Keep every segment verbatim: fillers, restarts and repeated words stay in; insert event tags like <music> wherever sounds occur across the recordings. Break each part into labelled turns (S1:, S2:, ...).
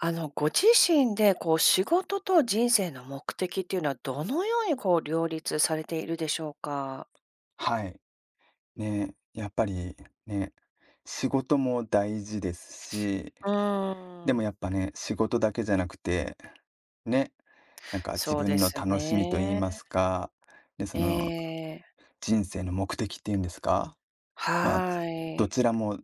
S1: あの、ご自身でこう仕事と人生の目的っていうのはどのようにこう両立されているでしょうか？
S2: はい。ね、やっぱりね、仕事も大事ですし、
S1: う
S2: で
S1: ー
S2: も
S1: ん。
S2: やっぱね、仕事だけじゃなくて、ね、なんか自
S1: そうで
S2: 分の
S1: す
S2: 楽しみと言いま
S1: ね。
S2: すか、で、そ
S1: え
S2: の
S1: え、
S2: 人生の目的っていうんですか、まあ、
S1: は
S2: ど
S1: い。
S2: ちらも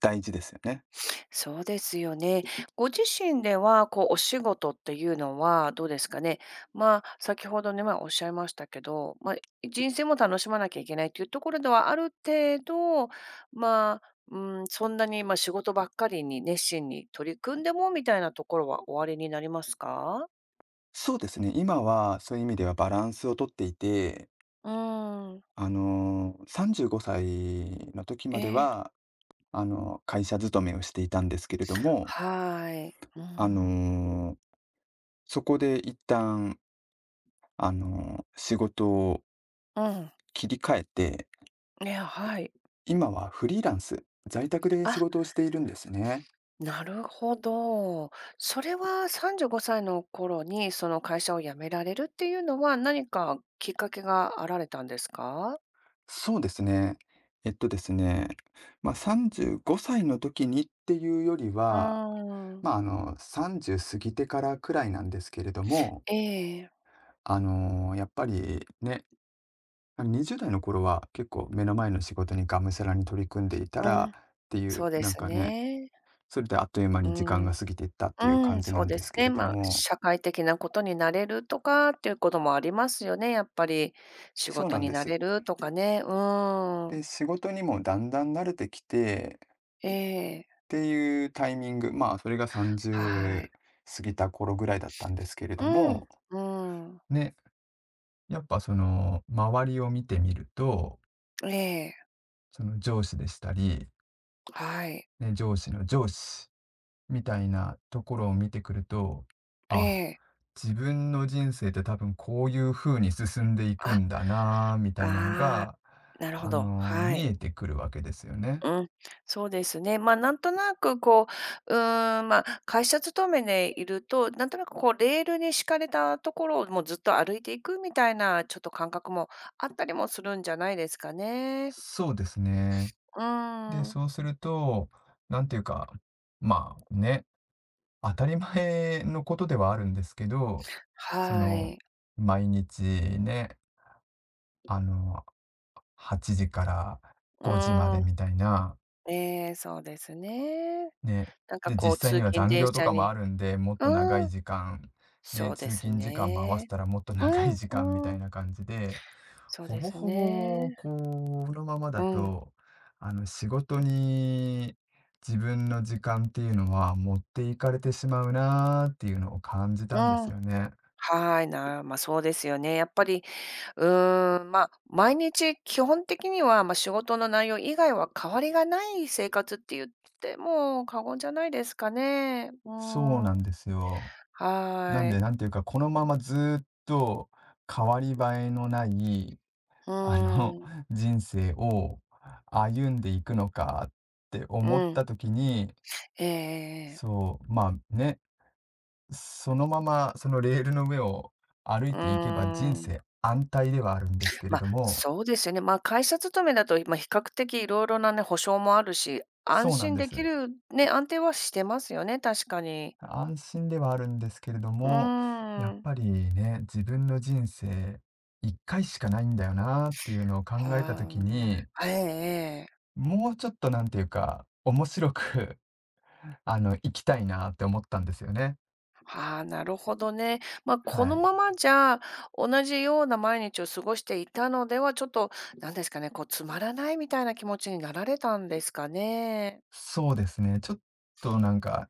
S2: 大事ですよね。
S1: そうですよね。ご自身では、こう、お仕事っていうのはどうですかね。まあ、先ほどね、まあ、おっしゃいましたけど、まあ、人生も楽しまなきゃいけないというところではある程度、まあ、うん、そんなに、まあ、仕事ばっかりに熱心に取り組んでもみたいなところはおありになりますか？
S2: そうですね、今はそういう意味ではバランスをとっていて、
S1: うーん、
S2: あのー、さんじゅうごさいの時
S1: え
S2: まで
S1: え、
S2: は、あのー、会社勤めをしていたんですけれども、
S1: はい。うー
S2: あ
S1: ん、
S2: のーそこで一旦、あの、仕事を
S1: うん、
S2: 切り替えて、
S1: ね、はい。
S2: 今はフリーランス、在宅で仕
S1: あ、
S2: 事をしているんですね。
S1: なるほど。それはさんじゅうごさいの頃にその会社を辞められるっていうのは何かきっかけがあられたんですか？
S2: そうですね。えっとですね、ま、あさんじゅうごさいの時にっていうより
S1: う
S2: は、
S1: ーん。
S2: ま、ああの、さんじゅう過ぎてからくらいなんですけれども、
S1: ええ。
S2: あの、やっぱりね、あの、にじゅうだい代の頃は結構目の前の仕事にがむしゃらに取り組んでいた
S1: う
S2: ら
S1: ん、
S2: ってい
S1: そ
S2: う、
S1: うで
S2: なん
S1: す
S2: かね、
S1: ね。
S2: それであっという間
S1: う
S2: に時間
S1: ん。
S2: が過ぎていったっていう
S1: う
S2: 感
S1: ん、
S2: じ
S1: そ
S2: な
S1: う
S2: ん
S1: で
S2: で
S1: す
S2: すけ
S1: ね。
S2: れど
S1: まあ、
S2: も、
S1: 社会的なことになれるとかっていうこともありますよね、やっぱり。仕
S2: そう
S1: 事
S2: なん
S1: に
S2: で
S1: な
S2: す。
S1: れるとかね。うーん。
S2: で、仕事にもだんだん慣れてきてっ
S1: ええ、
S2: ていうタイミング、まあ、それが
S1: はい。
S2: さんじゅう過ぎた頃ぐらいだったんですけれ
S1: う
S2: ど
S1: ん、
S2: も、
S1: うん。
S2: ね、やっぱその周りを見てみると、
S1: ええ、
S2: その上司でしたり、
S1: はい。
S2: ね、上司の上司みたいなところを見てくると、
S1: え
S2: あ、
S1: え。
S2: 自分の人生って多分こういう風に進んでいく
S1: あ
S2: んだなあみたいなの
S1: ああ、
S2: が、
S1: なるほ
S2: あ
S1: ど、
S2: の、
S1: は
S2: 見
S1: い。
S2: えてくるわけですよね。
S1: うん、そうですね。ま、あなんとなくこう、うーん、ま、あ会社勤めでいると、なんとなくこうレールに敷かれたところをもうずっと歩いていくみたいな、ちょっと感覚もあったりもするんじゃないですかね。
S2: そうですね。
S1: うー
S2: で、
S1: ん、
S2: そうすると、なんていうか、まあね、当たり前のことではあるんですけど、そ
S1: は
S2: の、
S1: い。
S2: 毎日ね、あの、はちじから
S1: う
S2: ごじま
S1: ー
S2: で
S1: ん、
S2: みたいな、
S1: ええ、そうですね。
S2: ね、
S1: なんか
S2: で、
S1: こう
S2: 実際
S1: 通
S2: には
S1: 勤
S2: 残
S1: 電
S2: 業と
S1: 車
S2: かも
S1: に
S2: あるんで、もっと長
S1: うー
S2: い
S1: ん、
S2: 時間、ね、
S1: そう
S2: 通
S1: です
S2: 勤時間も合わせ
S1: ね。
S2: たらもっと
S1: う
S2: 長
S1: ん、
S2: い時間みた
S1: うー
S2: い
S1: ん、
S2: な感じで、
S1: そう
S2: ほ
S1: で
S2: ぼ
S1: す
S2: ほぼ
S1: ね。
S2: このまま
S1: う
S2: だ
S1: ん、
S2: と、あの、仕事に自分の時間っていうのは持っていかれてしまうなーっていうのを感じた
S1: う
S2: んです
S1: ん。
S2: よね。
S1: はい、なま、そうですよね。やっぱり、うーん、ま、毎日基本的には、ま、仕事の内容以外は変わりがない生活って言っても過言じゃないですかね。うー
S2: そうなん
S1: ん。
S2: ですよ。なん
S1: は
S2: で、
S1: い。
S2: なんていうか、このままずーっと変わり映えのない
S1: う
S2: あの、
S1: ーん。
S2: <laughs> 人生を歩んでいくのかって思っ
S1: うん。
S2: た時に、
S1: ええ
S2: そう、まあ、ね、そのままそのレールの上を歩
S1: うー
S2: いていけば人
S1: ん。
S2: 生安泰ではあるんですけれ
S1: ま、あ
S2: ども、
S1: そうですよね。ま、あ会社勤めだと、ま、比較的いろいろなね、保証もあるし、安
S2: そうなん
S1: 心
S2: で
S1: で
S2: す。
S1: きるね、安定はしてますよね、確かに。
S2: 安心ではあるんですけれど
S1: う
S2: も、や
S1: ー
S2: っ
S1: ん。
S2: ぱりね、自分の人生いっかいしかないんだよなっていうのを考えた時
S1: は
S2: に、
S1: い。ええええ
S2: もうちょっとなんていうか、面白く <laughs>、あの、生きたいなって思ったんですよね。
S1: ああ、なるほどね。まあ、こ
S2: は
S1: の
S2: い。
S1: ままじゃ、同じような毎日を過ごしていたのでは、ちょっと、なんですかね、こう、つまらないみたいな気持ちになられたんですかね。
S2: そうですね。ちょっとなんか、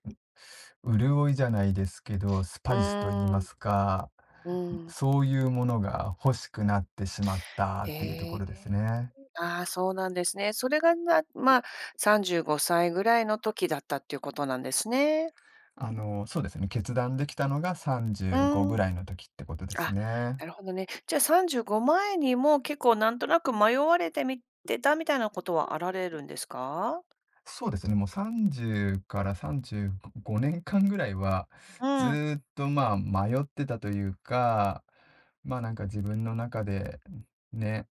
S2: 潤いじゃないですけど、ス
S1: う
S2: パイスと言い
S1: ー
S2: ま
S1: ん、
S2: すか、
S1: うん。
S2: そういうものが欲しくなってしまったっ
S1: へ
S2: ていうところです
S1: え。
S2: ね。
S1: ああ、そうなんですね。それが、なまあ、さんじゅうごさいぐらいの時だったっていうことなんですね。
S2: あの、そうですね、決断できたのが
S1: う
S2: さんじゅうごぐ
S1: ん。
S2: らいの時ってことです
S1: あ、
S2: ね。
S1: なるほどね。じゃあ、さんじゅうご前にも結構なんとなく迷われてみてたみたいなことはあられるんですか？
S2: そうですね、もうさんじゅうからさんじゅうごねんかんぐらいは、
S1: う
S2: ず
S1: ん。
S2: ーっとまあ迷ってたというか、まあなんか自分の中でね、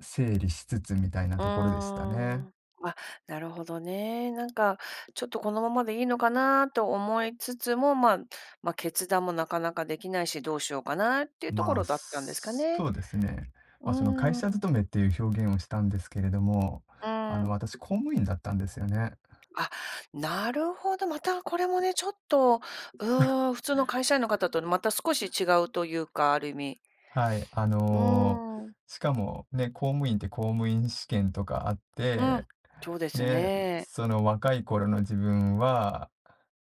S2: 整理しつつみたいな
S1: う
S2: ところで
S1: ー
S2: したね。
S1: ん。あ、なるほどね。なんか、ちょっとこのままでいいのかなと思いつつも、まあ、まあ、決断もなかなかできないし、どうしようかなっていうとこ
S2: まあ、
S1: ろだったんですか
S2: そ
S1: ね。
S2: うですね。
S1: うー
S2: まあ、その会
S1: ん、う
S2: 社勤めっていう表現をしたんですけれども、あの、
S1: ん。
S2: 私公務員だったんですよね。
S1: あ、なるほど。またこれもね、ちょっと、うーん、普通の会社員の方とまた少し違うというか、ある意味。
S2: はい、あ
S1: うー
S2: の、
S1: ん、
S2: しかもね、公務員って公務員試験とかあっ
S1: うん、
S2: て、
S1: そうです
S2: ね、
S1: ね。
S2: その若い頃の自分は、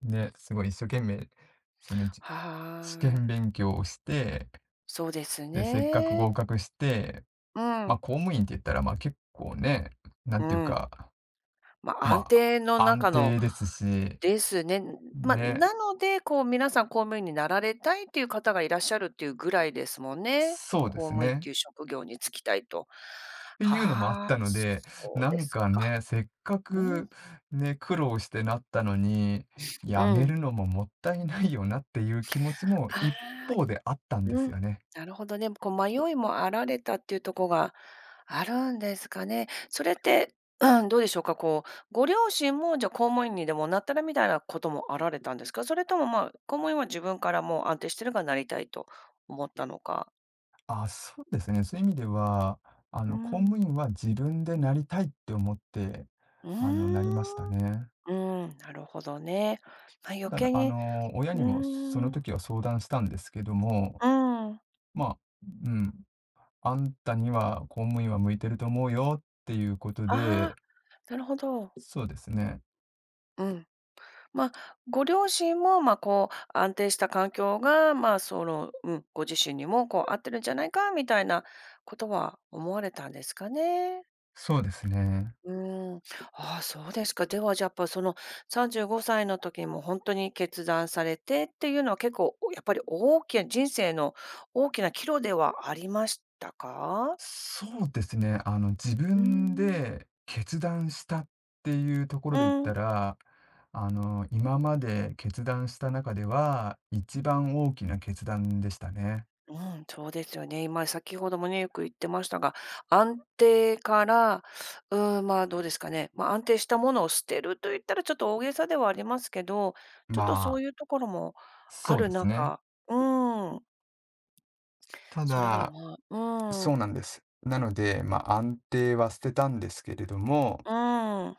S2: ね、すごい一生懸命、その、じ
S1: は
S2: 試
S1: ー
S2: 験
S1: い。
S2: 勉強をして、
S1: そうです
S2: で、せっかく合
S1: ね。
S2: 格して、
S1: う
S2: まあ、
S1: ん、
S2: 公務員って言ったら、まあ、結構ね、なん
S1: う
S2: ていう
S1: ん。
S2: か、
S1: まあ、安
S2: ま
S1: 定の
S2: あ、安
S1: 中の
S2: 定ですし
S1: ですね。まあ、
S2: ね、
S1: なので、こう皆さん公務員になられたいっていう方がいらっしゃるっていうぐらいですもんね。
S2: そうで
S1: 公
S2: す
S1: 務員っ
S2: ね。
S1: ていう職業に就きたいと。
S2: っていうのもあっ
S1: は
S2: た
S1: あ、
S2: ので、
S1: そう
S2: な
S1: で
S2: ん
S1: す
S2: か
S1: か。
S2: ね、せっか
S1: うん、
S2: くね、苦労してなったのに、
S1: う
S2: やめ
S1: ん。
S2: るのももったいないよなっていう気持ちも
S1: あ
S2: 一
S1: あ。
S2: 方であったんで
S1: う
S2: す
S1: ん、
S2: よね。
S1: なるほどね。こう迷いもあられたっていうところがあるんですかね。それって、うん、どうでしょうか、こう、ご両親もじゃあ公務員にでもなったらみたいなこともあられたんですか？それとも、まあ、公務員は自分からもう安定してるからなりたいと思ったのか。
S2: あ、そうですね。そういう意味では、あ
S1: う
S2: の、公務
S1: ん。
S2: 員は自分でなりたいって思って、
S1: うー
S2: あの、なりました
S1: ん。
S2: ね。
S1: うん、なるほどね。まあ、余
S2: ただ、
S1: 計
S2: あ
S1: に
S2: の、親
S1: うー
S2: にもその
S1: ん、う
S2: 時は相談したんですけども、
S1: ん。
S2: まあ、うん。あんたには公務員は向いてると思うよっていうこと
S1: あ
S2: で、
S1: あ、なるほど。
S2: そうですね。
S1: うん。まあ、ご両親も、まあ、こう、安定した環境が、まあ、その、うん、ご自身にも、こう、合ってるんじゃないかみたいなことは思われたんですかね。
S2: そうですね。
S1: うーん。ああ、そうですか。では、じゃあ、やっぱ、その、さんじゅうごさいの時にも本当に決断されてっていうのは結構、やっぱり大きな人生の大きな岐路ではありましたか？
S2: そうですね。あの、自
S1: うー
S2: 分
S1: ん。
S2: で決断したっていうところ
S1: う
S2: で言っ
S1: ん。
S2: たら、あの、今まで決断した中では、一番大きな決断でしたね。
S1: うん、そうですよね。今、先ほどもね、よく言ってましたが、安定から、うん、まあ、どうですかね。まあ、安定したものを捨てると言ったらちょっと大げさではありますけど、ちょ
S2: ま
S1: っとそ
S2: あ、
S1: ういうところもあ
S2: そうで
S1: る
S2: すね。
S1: 中、うん、
S2: た
S1: それは
S2: だ、
S1: まあ、う
S2: そう
S1: ん、
S2: なんです。なので、まあ、安定は捨てたんですけれども、
S1: うん、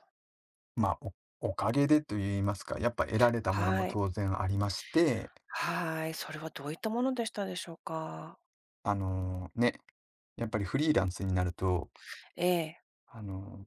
S2: まあ、おおかげでと言いますか、やっぱ得られたものも
S1: はい、
S2: 当然ありまして、
S1: はい、それはどういったものでしたでしょうか？
S2: あの、ね、やっぱりフリーランスになると、
S1: ええ、
S2: あの、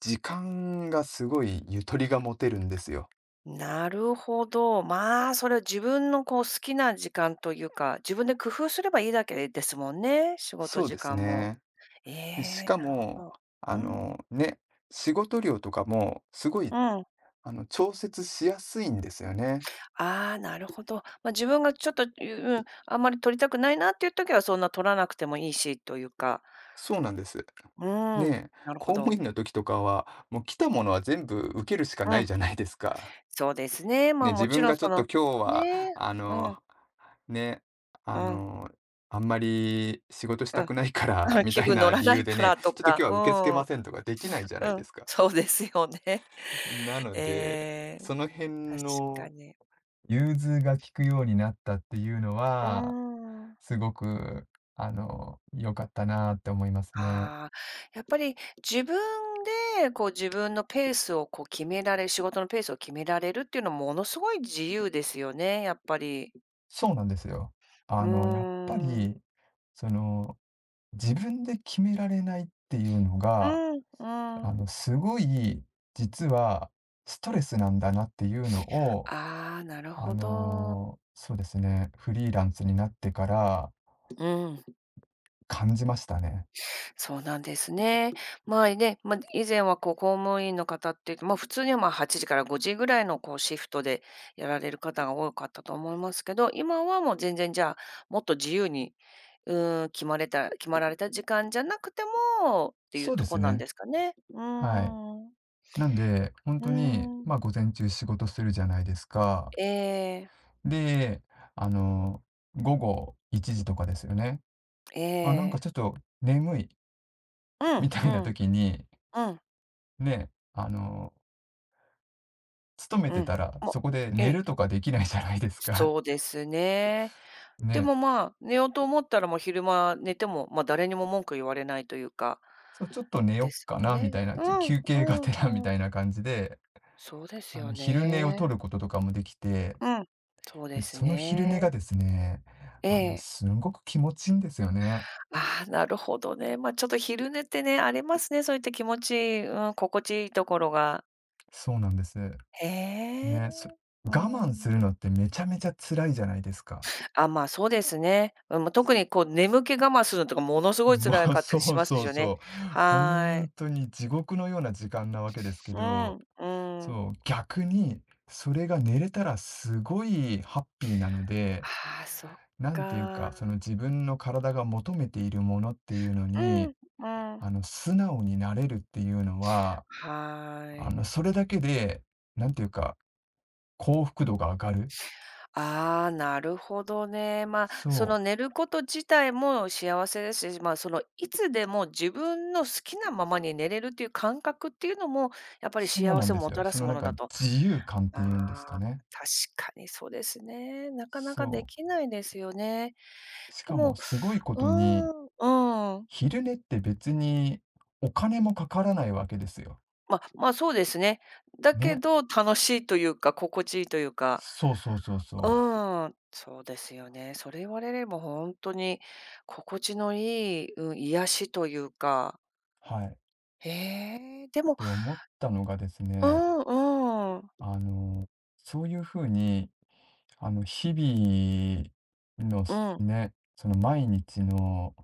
S2: 時間がすごいゆとりが持てるんですよ。
S1: なるほど。まあ、それは自分のこう好きな時間というか、自分で工夫すればいいだけですもんね、仕事
S2: そう
S1: 時
S2: です
S1: 間も。
S2: ね。
S1: え
S2: で、し
S1: え、
S2: か
S1: なるほ
S2: も、
S1: ど。
S2: あ
S1: うん、
S2: の、ね、仕事量とかもすごい、
S1: うん。
S2: あの、調節しやすいんですよね。
S1: ああ、なるほど。ま、自分がちょっと、ううん、あんまり取りたくないなっていう時はそんな取らなくてもいいしというか、
S2: そうなんです。
S1: うーん、
S2: ねえ、
S1: なるほ
S2: 公務
S1: ど。
S2: 員の時とかは、もう来たものは全部受けるしか
S1: う
S2: ない
S1: ん、
S2: じゃないですか。
S1: そうですね。
S2: ね、
S1: ま、も
S2: 自
S1: ち
S2: 分
S1: ろん
S2: がちょ
S1: そ
S2: っと
S1: の
S2: 今日は、
S1: ね、
S2: あ
S1: う
S2: の、
S1: ん、
S2: ね、
S1: う
S2: あ
S1: ん、
S2: の、あんまり仕事し
S1: う
S2: た
S1: ん。
S2: くないから
S1: <laughs>
S2: み
S1: 気
S2: たい
S1: 分乗
S2: な
S1: ら
S2: 理
S1: な
S2: 由
S1: い
S2: で
S1: か
S2: ね、
S1: らと
S2: ちょっと今
S1: か、
S2: 日は受け付けません
S1: う
S2: とかできないじゃな
S1: ん、
S2: い
S1: う
S2: で
S1: ん、
S2: すか。
S1: そうですよね。
S2: な
S1: <laughs>
S2: ので、
S1: ええ、
S2: その辺
S1: 確か
S2: の
S1: に。
S2: 融通が利くようになったっていうの
S1: うー
S2: は、
S1: ん。
S2: すごく、あの、良かったなって思いますね。
S1: ああ、やっぱり自分でこう自分のペースをこう決められ仕事のペースを決められるっていうのはものすごい自由ですよね、やっぱり。
S2: そうなんですよ。
S1: う
S2: あ
S1: ー
S2: の、やっぱ
S1: ん。
S2: り、その、自分で決められないっていうの
S1: う
S2: が
S1: ん、う
S2: あ
S1: ん。
S2: の、すごい、実はストレスなんだなっていうのを、
S1: ああ、なる
S2: あ
S1: ほど。
S2: の、そうですね、フリーランスになってから
S1: うん。
S2: 感じましたね。
S1: そうなんですね。まあ、ね、まあ、以前はこう公務員の方って、まあ、普通には、ま、はちじからごじぐらいのこうシフトでやられる方が多かったと思いますけど、今はもう全然じゃあ、もっと自由に、うーん、決まれた決まられた時間じゃなくてもってい
S2: そ
S1: う
S2: うで
S1: と
S2: す
S1: こなん
S2: ね、
S1: ですかね。う
S2: はい。
S1: ーん。
S2: なんで、ほん
S1: う
S2: とに、
S1: ーん。
S2: ま、午前中仕事するじゃないですか。
S1: ええ、
S2: で、あの、午後いちじとかですよね。
S1: え
S2: あ、なんか
S1: え。
S2: ちょっと眠い
S1: う
S2: み
S1: ん
S2: た
S1: う
S2: いな
S1: ん、
S2: 時に、
S1: うん、
S2: ね、あの、勤め
S1: う
S2: て
S1: ん。
S2: たら、
S1: もう
S2: そこで
S1: え
S2: 寝る
S1: え、
S2: とかできないじゃないですか。
S1: そうですね。で
S2: ね。
S1: も、まあ、寝ようと思ったら、もう昼間寝ても、ま、誰にも文句言われないというか、
S2: そう、ちょっと寝よ
S1: で
S2: っ
S1: す
S2: か
S1: もん
S2: なみ
S1: ね。
S2: たいな、
S1: う
S2: ちょ
S1: んう
S2: 休憩が
S1: ん
S2: てらみ
S1: う
S2: た
S1: ん。
S2: いな感じで、
S1: そうです
S2: あの、
S1: よ
S2: 昼寝を
S1: ね。
S2: 取ることとかもできて、
S1: うん、そう
S2: で、
S1: です
S2: その昼寝が
S1: ね。
S2: ですね、
S1: え
S2: あの、
S1: え。
S2: すんごく気持ちいいんですよね。
S1: ああ、なるほどね。ま、あちょっと昼寝ってね、ありますね、そういった気持ち、うん、心地いいところが。
S2: そうなんです。
S1: へえ。
S2: ね、そ
S1: うー
S2: 我慢する
S1: ん。
S2: のってめちゃめちゃ辛いじゃないですか。
S1: あ、まあ、そうですね。うん、まあ、特にこう眠気我慢するのとかものすごい
S2: ま
S1: 辛
S2: あ、<laughs>
S1: かったり
S2: そ
S1: し
S2: う
S1: ます
S2: そう
S1: よね。
S2: そう。ほ
S1: はー
S2: ん
S1: い。
S2: とに地獄のような時間なわけですけど、
S1: うん、うん。
S2: そう、逆にそれが寝れたらすごいハッピーなので、
S1: ああ、そっ
S2: なんていうか、その
S1: か。
S2: 自分の体が求めているものっていうの
S1: うん、
S2: に、
S1: うん。
S2: あの、素直になれるっていうのは、
S1: はー
S2: あの、
S1: い。
S2: それだけで、なんていうか、幸福度が上がる。
S1: ああ、なるほどね。まあ、そ
S2: そ
S1: の
S2: う、
S1: 寝ること自体も幸せですし、まあ、そのいつでも自分の好きなままに寝れるっていう感覚っていうのも、やっぱり
S2: そう
S1: 幸
S2: なん
S1: せを
S2: です
S1: も
S2: よ。
S1: たら
S2: そ
S1: す
S2: の
S1: も
S2: なん
S1: の
S2: か
S1: だと。
S2: 自由感っ
S1: あ
S2: ていうんですか
S1: あ、
S2: ね。
S1: 確かにそうですね。なかなかで
S2: そう。
S1: きないですよね。
S2: し
S1: で
S2: かも
S1: も
S2: すごいこ
S1: う
S2: とに、
S1: ーん、うん。
S2: 昼寝って別にお金もかからないわけですよ。
S1: まあま、そうですね。だけ
S2: ね。
S1: ど楽しいというか、心地いいというか。
S2: そうそうそうそう。
S1: うん、そうですよね。それ言われれば本当に心地のいい、うん、癒しというか。
S2: はい。
S1: へえ、で
S2: っ
S1: も
S2: て思ったのがです
S1: う
S2: ね、
S1: んうん。
S2: あの、そういうふうにあの、日々の
S1: う
S2: す
S1: ん、う
S2: ね、その毎日の、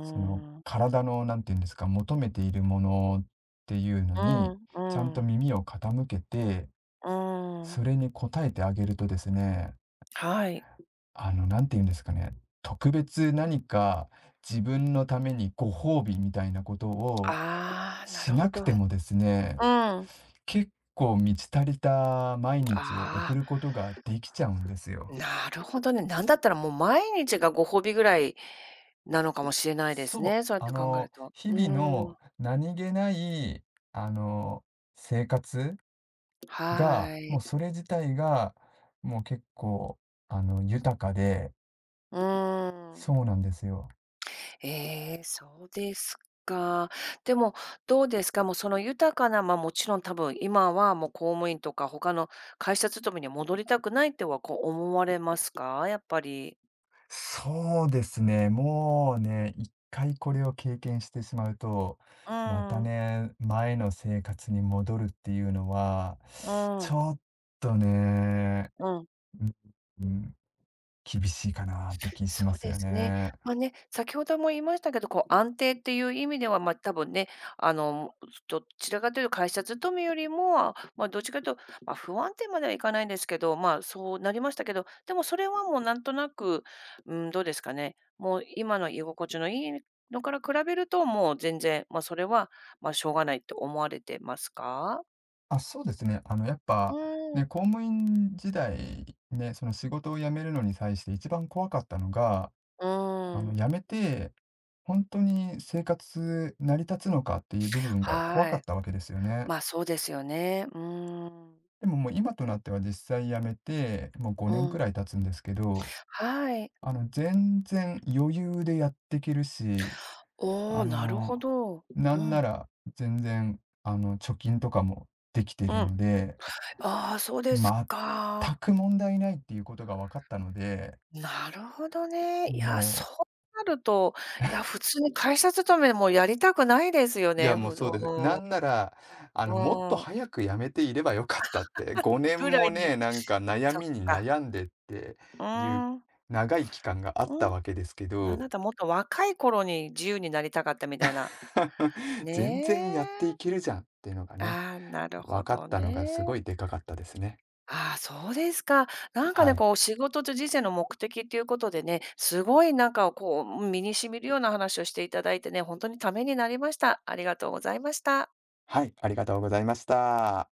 S2: その体の、なんていうんですか、求めているものっていうの
S1: う
S2: に、
S1: ん
S2: ちゃんと
S1: うん。
S2: 耳を傾けて、
S1: うん。
S2: それに応えてあげるとですね、
S1: はい。
S2: あの、なんていうんですかね、特別何か自分のためにご褒美みたいなことを
S1: ああ、な
S2: し
S1: るほ
S2: なく
S1: ど。うん。
S2: てもですね、結構満ち足りた毎日を
S1: あ
S2: 送
S1: あ、
S2: ることができちゃうんですよ。
S1: なるほどね。なんだったらもう毎日がご褒美ぐらいなのかもしれないです
S2: そう、
S1: ね、そうやっ
S2: あ
S1: て考える
S2: の、
S1: と。
S2: 日
S1: う
S2: 々の
S1: ん。
S2: 何気ない、あの、生活が、
S1: は
S2: もう
S1: い。
S2: それ自体が、もう結構、あの、豊かで、
S1: うーん。
S2: そうなんですよ。
S1: ええ、そうですか。でも、どうですか、もうその豊かな、ま、もちろん多分今はもう公務員とか他の会社勤めには戻りたくないってはこう思われますか？やっぱり。
S2: そうですね、もうね、一回これを経験してしまうと、
S1: う
S2: また
S1: ん、
S2: ね、前の生活に戻るっていうのは、
S1: う
S2: ち
S1: ん、
S2: ょっとね、
S1: うん。
S2: うん、厳しいかなって気し
S1: そ
S2: ま
S1: う
S2: す
S1: で
S2: よ
S1: すね。
S2: ね。
S1: まあね、先ほども言いましたけど、こう安定っていう意味では、ま、多分ね、あの、どちらかというと会社勤めよりも、ま、どっちかというと、ま、不安定まではいかないんですけど、まあ、そうなりましたけど、でもそれはもうなんとなく、うん、どうですかね、もう今の居心地のいいのから比べると、もう全然、ま、それは、ま、しょうがないって思われてますか？
S2: あ、そうですね。あの、やっ
S1: う
S2: ぱ、ね、
S1: ん。
S2: 公務員時代、ね、その仕事を辞めるのに際して一番怖かったのが、
S1: う
S2: あの、
S1: ん、
S2: 辞めて、本当に生活成り立つのかっていう部分が怖
S1: は
S2: か
S1: い。
S2: ったわけですよね。
S1: まあ、そうですよね。うん。
S2: でも、もう今となっては実際辞めて、もう
S1: う
S2: ごねんく
S1: ん、
S2: らい経つんですけど、
S1: はい。
S2: あの、全然余裕でやっていけるし、
S1: お
S2: あ
S1: お、なる
S2: の、
S1: ほど。
S2: な
S1: う
S2: んな
S1: ん、
S2: ら全然、あの、貯金とかもできてい
S1: う
S2: る
S1: ん。
S2: ので
S1: ああ、そうです
S2: 全
S1: か。
S2: く問題ないっていうことが分かったので、
S1: なるほどね。い
S2: も
S1: や、そ
S2: う
S1: うなると、いや、普通に会社勤めもやりたくないですよ
S2: いや、
S1: ね、
S2: もう
S1: ふ
S2: そうです。なんなら、あ
S1: う
S2: の、もっと
S1: ん、うん、
S2: 早く辞めていればよかったって、5
S1: ぐ
S2: 年
S1: ら
S2: も
S1: いに
S2: ね、なんか悩
S1: そっ
S2: みに
S1: か。
S2: 悩んでって
S1: う
S2: いう
S1: ん、
S2: 長い期間があっ
S1: う
S2: た
S1: ん。
S2: わけですけ
S1: なんだ
S2: ど、
S1: ったらもっと若い頃に自由になりたかったみたいな。
S2: <laughs> 全然やっ
S1: ね
S2: てい
S1: え。
S2: けるじゃんっていうのがね、
S1: ああ、なる
S2: 分
S1: ほ
S2: かっ
S1: ど
S2: たのがすご
S1: ね。
S2: いでかかったですね。
S1: ああ、そうですか。なんか
S2: は
S1: ね、
S2: い。
S1: こう仕事と人生の目的っていうことでね、すごいなんかこう身に染みるような話をしていただいてね、本当にためになりました。ありがとうございました。
S2: はい、ありがとうございました。